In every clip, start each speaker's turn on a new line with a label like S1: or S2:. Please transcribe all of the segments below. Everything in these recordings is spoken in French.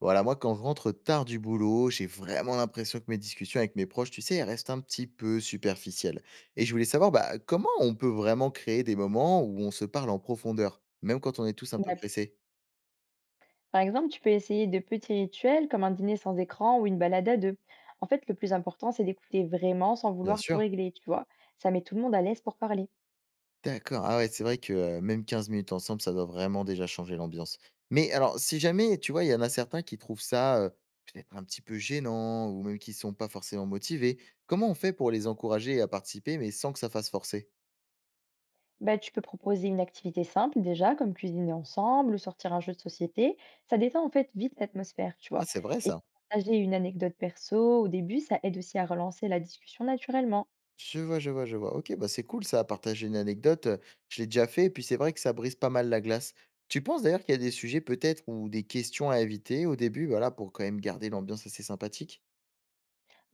S1: Voilà, moi, quand je rentre tard du boulot, j'ai vraiment l'impression que mes discussions avec mes proches, tu sais, elles restent un petit peu superficielles. Et je voulais savoir, bah, comment on peut vraiment créer des moments où on se parle en profondeur, même quand on est tous un peu
S2: Bah,
S1: pressés?
S2: par exemple, tu peux essayer de petits rituels comme un dîner sans écran ou une balade à deux. En fait, le plus important, c'est d'écouter vraiment sans
S1: Bien
S2: vouloir tout
S1: sûr.
S2: régler, tu vois. Ça met tout le monde à l'aise pour parler.
S1: D'accord. Ah ouais, c'est vrai que même 15 minutes ensemble, ça doit vraiment déjà changer l'ambiance. Mais alors, si jamais, tu vois, il y en a certains qui trouvent ça peut-être un petit peu gênant ou même qui sont pas forcément motivés, comment on fait pour les encourager à participer, mais sans que ça fasse forcer?
S2: Bah, tu peux proposer une activité simple déjà, comme cuisiner ensemble ou sortir un jeu de société. Ça détend en fait vite l'atmosphère, tu
S1: Ah,
S2: vois.
S1: c'est vrai
S2: Et
S1: ça.
S2: partager une anecdote perso au début, ça aide aussi à relancer la discussion naturellement.
S1: Je vois, je vois, je vois. OK, bah, c'est cool ça à partager une anecdote, je l'ai déjà fait et puis c'est vrai que ça brise pas mal la glace. Tu penses d'ailleurs qu'il y a des sujets peut-être ou des questions à éviter au début, voilà, pour quand même garder l'ambiance assez sympathique?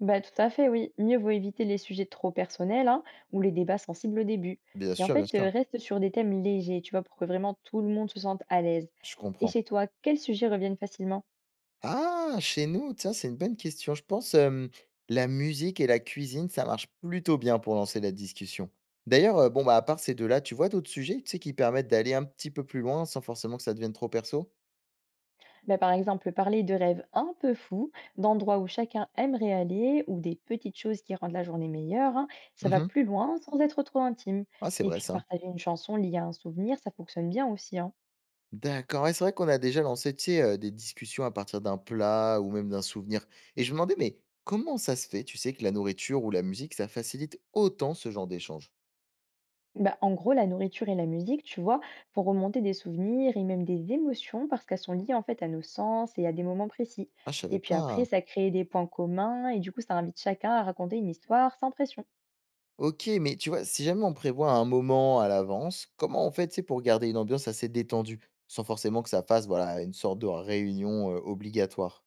S2: Bah, tout à fait, oui. Mieux vaut éviter les sujets trop personnels hein, ou les débats sensibles au début. Et en
S1: Bien
S2: fait,
S1: sûr,
S2: reste sur des thèmes légers, tu vois, pour que vraiment tout le monde se sente à l'aise.
S1: je
S2: Et
S1: comprends.
S2: chez toi, quels sujets reviennent facilement?
S1: Ah! Chez nous, tiens, c'est une bonne question. Je pense, la musique et la cuisine, ça marche plutôt bien pour lancer la discussion. D'ailleurs, bon, bah, à part ces 2 là, tu vois d'autres sujets, tu sais, qui permettent d'aller un petit peu plus loin sans forcément que ça devienne trop perso?
S2: Bah, par exemple, parler de rêves un peu fous, d'endroits où chacun aimerait aller, ou des petites choses qui rendent la journée meilleure, hein, ça va
S1: Mmh.
S2: plus loin sans être trop intime.
S1: Ah, c'est
S2: Et
S1: vrai
S2: puis
S1: ça.
S2: partager une chanson liée à un souvenir, ça fonctionne bien aussi, hein.
S1: D'accord, ouais, c'est vrai qu'on a déjà lancé, tu sais, des discussions à partir d'un plat ou même d'un souvenir et je me demandais, mais comment ça se fait, tu sais, que la nourriture ou la musique, ça facilite autant ce genre d'échange?
S2: Bah, en gros, la nourriture et la musique, tu vois, vont remonter des souvenirs et même des émotions parce qu'elles sont liées en fait à nos sens et à des moments précis.
S1: Ah, je
S2: Et
S1: savais
S2: puis après,
S1: pas.
S2: ça crée des points communs et du coup, ça invite chacun à raconter une histoire sans pression.
S1: OK, mais tu vois, si jamais on prévoit un moment à l'avance, comment on fait, tu sais, pour garder une ambiance assez détendue, sans forcément que ça fasse, voilà, une sorte de réunion, obligatoire?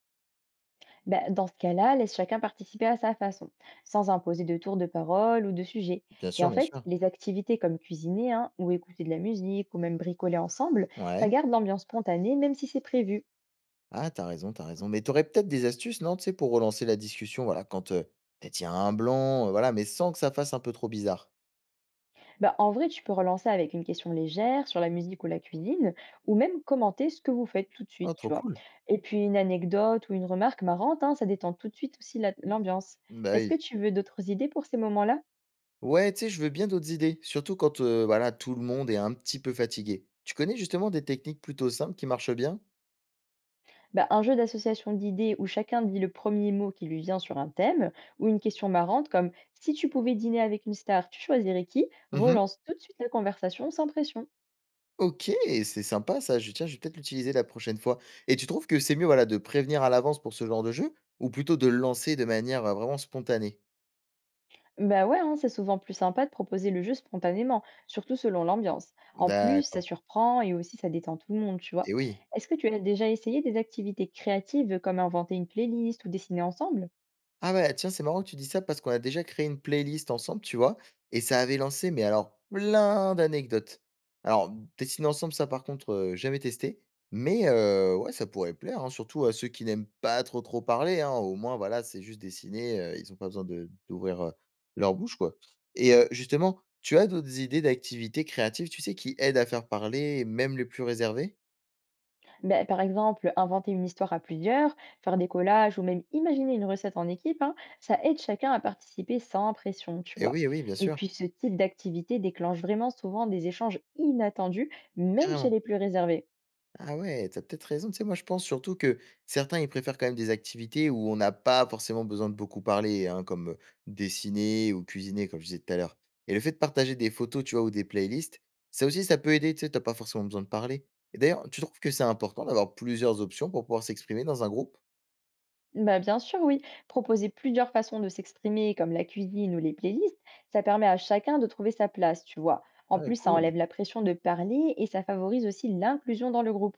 S2: Bah, dans ce cas-là, laisse chacun participer à sa façon, sans imposer de tour de parole ou de sujet.
S1: Bien
S2: Et en
S1: sûr, bien
S2: fait,
S1: sûr.
S2: les activités comme cuisiner hein, ou écouter de la musique ou même bricoler ensemble, ça
S1: Ouais.
S2: garde l'ambiance spontanée même si c'est prévu.
S1: Ah, t'as raison, t'as raison. Mais t'aurais peut-être des astuces, non, tu sais, pour relancer la discussion, voilà, quand, peut-être il y a un blanc, voilà, mais sans que ça fasse un peu trop bizarre.
S2: Bah, en vrai, tu peux relancer avec une question légère sur la musique ou la cuisine, ou même commenter ce que vous faites tout de suite,
S1: Ah,
S2: tu
S1: trop
S2: vois.
S1: cool.
S2: Et puis une anecdote ou une remarque marrante, hein, ça détend tout de suite aussi l'ambiance.
S1: Bah,
S2: Est-ce que
S1: oui.
S2: tu veux d'autres idées pour ces moments-là?
S1: Ouais, tu sais, je veux bien d'autres idées, surtout quand, voilà, tout le monde est un petit peu fatigué. Tu connais justement des techniques plutôt simples qui marchent bien?
S2: Bah, un jeu d'association d'idées où chacun dit le premier mot qui lui vient sur un thème, ou une question marrante comme si tu pouvais dîner avec une star, tu choisirais qui,
S1: Mmh.
S2: relance tout de suite la conversation sans pression.
S1: OK, c'est sympa ça, je tiens, je vais peut-être l'utiliser la prochaine fois. Et tu trouves que c'est mieux, voilà, de prévenir à l'avance pour ce genre de jeu ou plutôt de le lancer de manière, vraiment spontanée?
S2: Bah ouais, hein, c'est souvent plus sympa de proposer le jeu spontanément, surtout selon l'ambiance. En plus, ça
S1: D'accord.
S2: surprend et aussi ça détend tout le monde, tu vois.
S1: Et oui.
S2: Est-ce que tu as déjà essayé des activités créatives comme inventer une playlist ou dessiner ensemble?
S1: Ah ouais, tiens, c'est marrant que tu dis ça parce qu'on a déjà créé une playlist ensemble, tu vois, et ça avait lancé, mais alors, plein d'anecdotes. Alors, dessiner ensemble, ça par contre, jamais testé, mais ouais, ça pourrait plaire, hein, surtout à ceux qui n'aiment pas trop trop parler, hein, au moins, voilà, c'est juste dessiner, ils n'ont pas besoin d'ouvrir leur bouche, quoi. Et justement, tu as d'autres idées d'activités créatives, tu sais, qui aident à faire parler même les plus réservés?
S2: Bah, par exemple, inventer une histoire à plusieurs, faire des collages ou même imaginer une recette en équipe, hein, ça aide chacun à participer sans pression, tu vois.
S1: Oui, eh oui, bien
S2: Et
S1: sûr,
S2: puis ce type d'activité déclenche vraiment souvent des échanges inattendus, même chez
S1: carrément.
S2: les plus réservés.
S1: Ah ouais, t'as peut-être raison. Tu sais, moi, je pense surtout que certains, ils préfèrent quand même des activités où on n'a pas forcément besoin de beaucoup parler, hein, comme dessiner ou cuisiner, comme je disais tout à l'heure. Et le fait de partager des photos, tu vois, ou des playlists, ça aussi, ça peut aider. Tu sais, t'as pas forcément besoin de parler. Et d'ailleurs, tu trouves que c'est important d'avoir plusieurs options pour pouvoir s'exprimer dans un groupe?
S2: Bah, bien sûr, oui. Proposer plusieurs façons de s'exprimer, comme la cuisine ou les playlists, ça permet à chacun de trouver sa place, tu vois. En
S1: Ah,
S2: plus, ça
S1: cool.
S2: enlève la pression de parler et ça favorise aussi l'inclusion dans le groupe.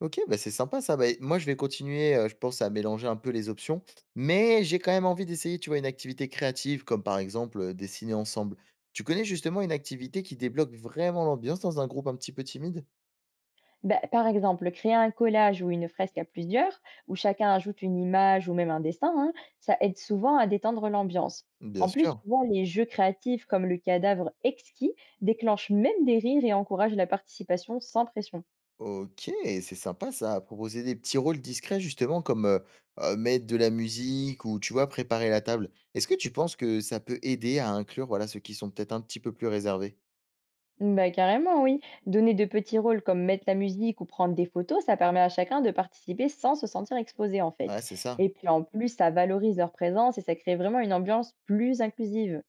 S1: OK, bah, c'est sympa ça. Bah, moi, je vais continuer, je pense à mélanger un peu les options, mais j'ai quand même envie d'essayer, tu vois, une activité créative comme par exemple, dessiner ensemble. Tu connais justement une activité qui débloque vraiment l'ambiance dans un groupe un petit peu timide?
S2: Bah, par exemple, créer un collage ou une fresque à plusieurs, où chacun ajoute une image ou même un dessin, hein, ça aide souvent à détendre l'ambiance.
S1: Bien
S2: En plus,
S1: sûr.
S2: souvent, les jeux créatifs comme le cadavre exquis déclenchent même des rires et encouragent la participation sans pression.
S1: OK, c'est sympa ça. Proposer des petits rôles discrets justement comme, mettre de la musique ou tu vois, préparer la table. Est-ce que tu penses que ça peut aider à inclure, voilà, ceux qui sont peut-être un petit peu plus réservés?
S2: Bah, carrément, oui. Donner de petits rôles comme mettre la musique ou prendre des photos, ça permet à chacun de participer sans se sentir exposé en fait.
S1: Ouais, c'est ça.
S2: Et puis en plus, ça valorise leur présence et ça crée vraiment une ambiance plus inclusive.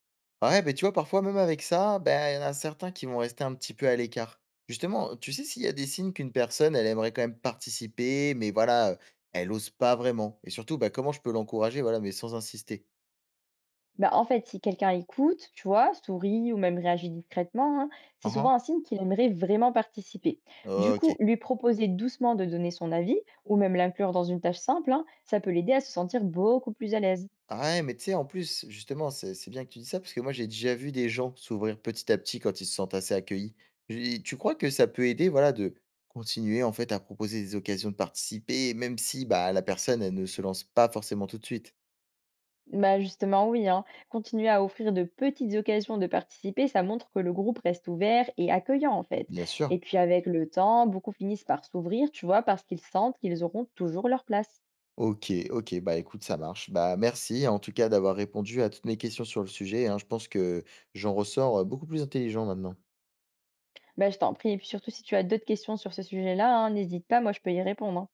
S1: Ouais, ben tu vois, parfois, même avec ça, ben il y en a certains qui vont rester un petit peu à l'écart. Justement, tu sais s'il y a des signes qu'une personne, elle aimerait quand même participer, mais voilà, elle ose pas vraiment? Et surtout, bah, comment je peux l'encourager, voilà, mais sans insister?
S2: Bah, en fait, si quelqu'un écoute, tu vois, sourit ou même réagit discrètement, hein, c'est souvent
S1: Mmh.
S2: un signe qu'il aimerait vraiment participer. Du coup,
S1: OK.
S2: lui proposer doucement de donner son avis ou même l'inclure dans une tâche simple, hein, ça peut l'aider à se sentir beaucoup plus à l'aise.
S1: Ah ouais, mais tu sais, en plus, justement, c'est bien que tu dises ça parce que moi, j'ai déjà vu des gens s'ouvrir petit à petit quand ils se sentent assez accueillis. J'ai tu crois que ça peut aider, voilà, de continuer, en fait, à proposer des occasions de participer, même si, bah, la personne, elle ne se lance pas forcément tout de suite?
S2: Bah justement, oui, hein. Continuer à offrir de petites occasions de participer, ça montre que le groupe reste ouvert et accueillant en fait.
S1: Bien
S2: Et
S1: sûr.
S2: puis avec le temps, beaucoup finissent par s'ouvrir, tu vois, parce qu'ils sentent qu'ils auront toujours leur place.
S1: OK, OK, bah, écoute, ça marche. Bah, merci en tout cas d'avoir répondu à toutes mes questions sur le sujet, hein. Je pense que j'en ressors, beaucoup plus intelligent maintenant.
S2: Bah je t'en prie, et puis surtout si tu as d'autres questions sur ce sujet-là, hein, n'hésite pas, moi je peux y répondre. Hein.